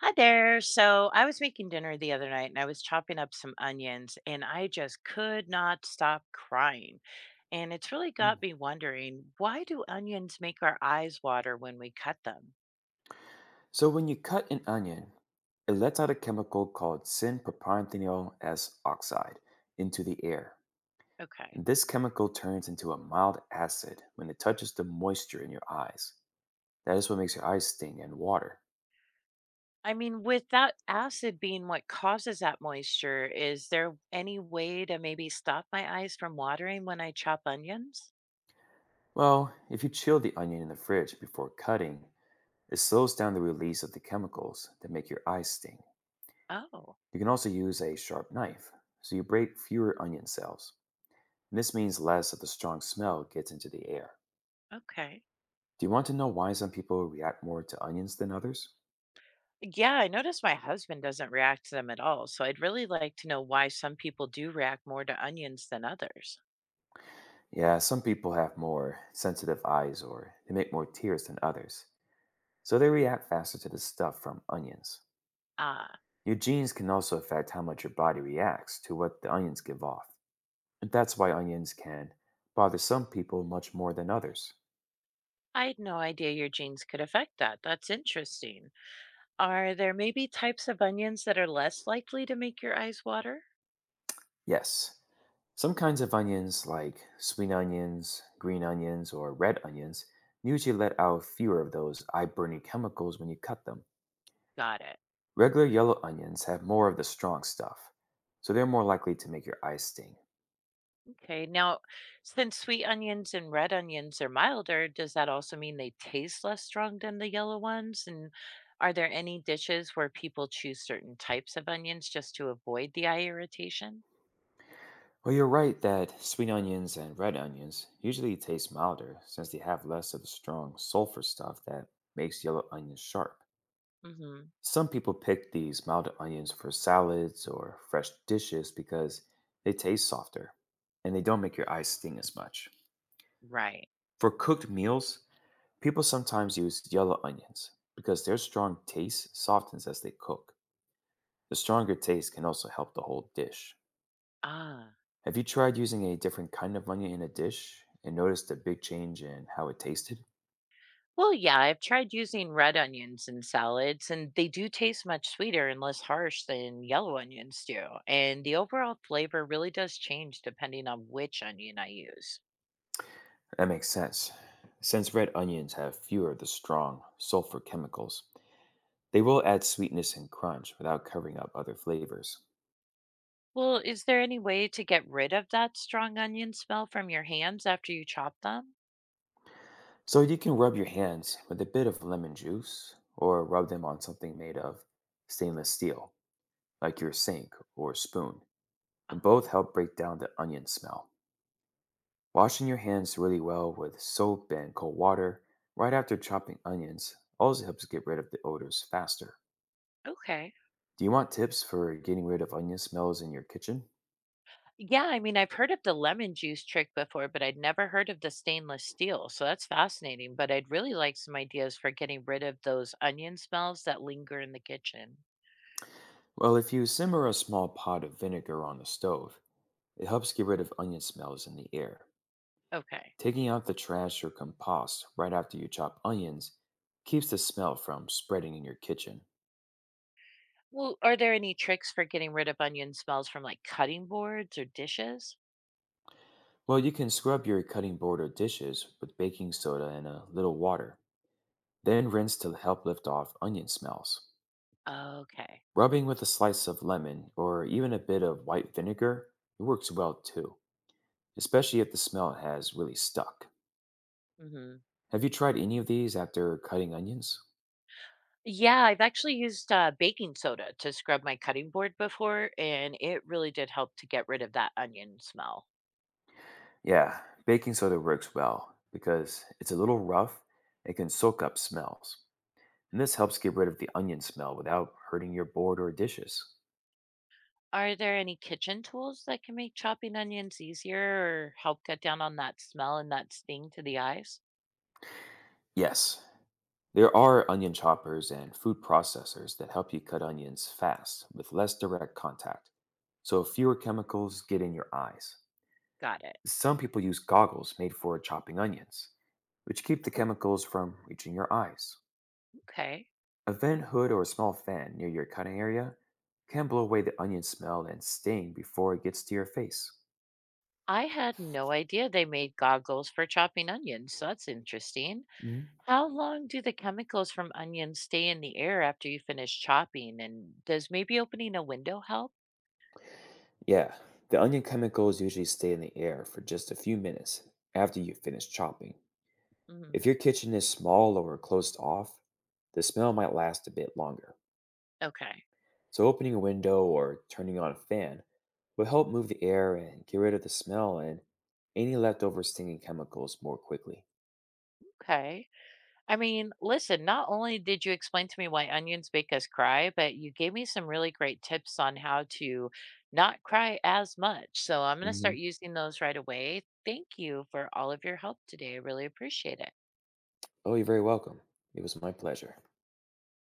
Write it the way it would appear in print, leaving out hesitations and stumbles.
Hi there. So I was making dinner the other night and I was chopping up some onions and I just could not stop crying. And it's really Mm. got me wondering, why do onions make our eyes water when we cut them? So when you cut an onion, it lets out a chemical called synpropanthenyl S oxide into the air. Okay. And this chemical turns into a mild acid when it touches the moisture in your eyes. That is what makes your eyes sting and water. I mean, with that acid being what causes that moisture, is there any way to maybe stop my eyes from watering when I chop onions? Well, if you chill the onion in the fridge before cutting, it slows down the release of the chemicals that make your eyes sting. Oh, You can also use a sharp knife, so you break fewer onion cells. And this means less of the strong smell gets into the air. okay. Do you want to know why some people react more to onions than others? Yeah, I noticed my husband doesn't react to them at all. So I'd really like to know why some people do react more to onions than others. Yeah, some people have more sensitive eyes or they make more tears than others, so they react faster to the stuff from onions. Ah, Your genes can also affect how much your body reacts to what the onions give off. And that's why onions can bother some people much more than others. I had no idea your genes could affect that. That's interesting. Are there maybe types of onions that are less likely to make your eyes water? Yes, some kinds of onions, like sweet onions, green onions, or red onions, usually let out fewer of those eye burning chemicals when you cut them. Got it. Regular yellow onions have more of the strong stuff, so they're more likely to make your eyes sting. Okay. Now, since sweet onions and red onions are milder, does that also mean they taste less strong than the yellow ones? And are there any dishes where people choose certain types of onions just to avoid the eye irritation? Well, you're right that sweet onions and red onions usually taste milder since they have less of the strong sulfur stuff that makes yellow onions sharp. Mm hmm. Some people pick these mild onions for salads or fresh dishes because they taste softer and they don't make your eyes sting as much. Right. For cooked meals, people sometimes use yellow onions because their strong taste softens as they cook. The stronger taste can also help the whole dish. Ah. Have you tried using a different kind of onion in a dish and noticed a big change in how it tasted? Well, yeah, I've tried using red onions in salads, and they do taste much sweeter and less harsh than yellow onions do. And the overall flavor really does change depending on which onion I use. That makes sense, since red onions have fewer of the strong sulfur chemicals. They will add sweetness and crunch without covering up other flavors. Well, is there any way to get rid of that strong onion smell from your hands after you chop them? So you can rub your hands with a bit of lemon juice or rub them on something made of stainless steel, like your sink or spoon. Both Oh, help break down the onion smell. Washing your hands really well with soap and cold water right after chopping onions also helps get rid of the odors faster. okay. Do you want tips for getting rid of onion smells in your kitchen? Yeah, I mean, I've heard of the lemon juice trick before, but I'd never heard of the stainless steel. So that's fascinating. But I'd really like some ideas for getting rid of those onion smells that linger in the kitchen. Well, if you simmer a small pot of vinegar on the stove, it helps get rid of onion smells in the air. Okay. Taking out the trash or compost right after you chop onions keeps the smell from spreading in your kitchen. Well, are there any tricks for getting rid of onion smells from like cutting boards or dishes? Well, you can scrub your cutting board or dishes with baking soda and a little water, then rinse to help lift off onion smells. Okay. Rubbing with a slice of lemon or even a bit of white vinegar works well too, especially if the smell has really stuck. Hmm. Have you tried any of these after cutting onions? Yeah, I've actually used baking soda to scrub my cutting board before, and it really did help to get rid of that onion smell. Yeah, baking soda works well because it's a little rough and can soak up smells. And this helps get rid of the onion smell without hurting your board or dishes. Are there any kitchen tools that can make chopping onions easier or help cut down on that smell and that sting to the eyes? Yes, there are onion choppers and food processors that help you cut onions fast with less direct contact, so fewer chemicals get in your eyes. Got it. Some people use goggles made for chopping onions, which keep the Oh, chemicals from reaching your eyes. okay. A vent hood or a small fan near your cutting area can blow away the onion smell and sting before it gets to your face. I had no idea they made goggles for chopping onions, so that's interesting. Mhm. How long do the chemicals from onions stay in the air after you finish chopping? And does maybe opening a window help? Yeah, the onion chemicals usually stay in the air for just a few minutes after you finish chopping. If Mm, your kitchen is small or closed off, the smell might last a bit longer. okay. So, opening a window or turning on a fan will help move the air and get rid of the smell and any leftover stinging chemicals more quickly. Okay. I mean, listen, not only did you explain to me why onions make us cry, but you gave me some really great tips on how to not cry as much. So I'm going to start Hmm. using those right away. Thank you for all of your help today. I really appreciate it. Oh, you're very welcome. It was my pleasure.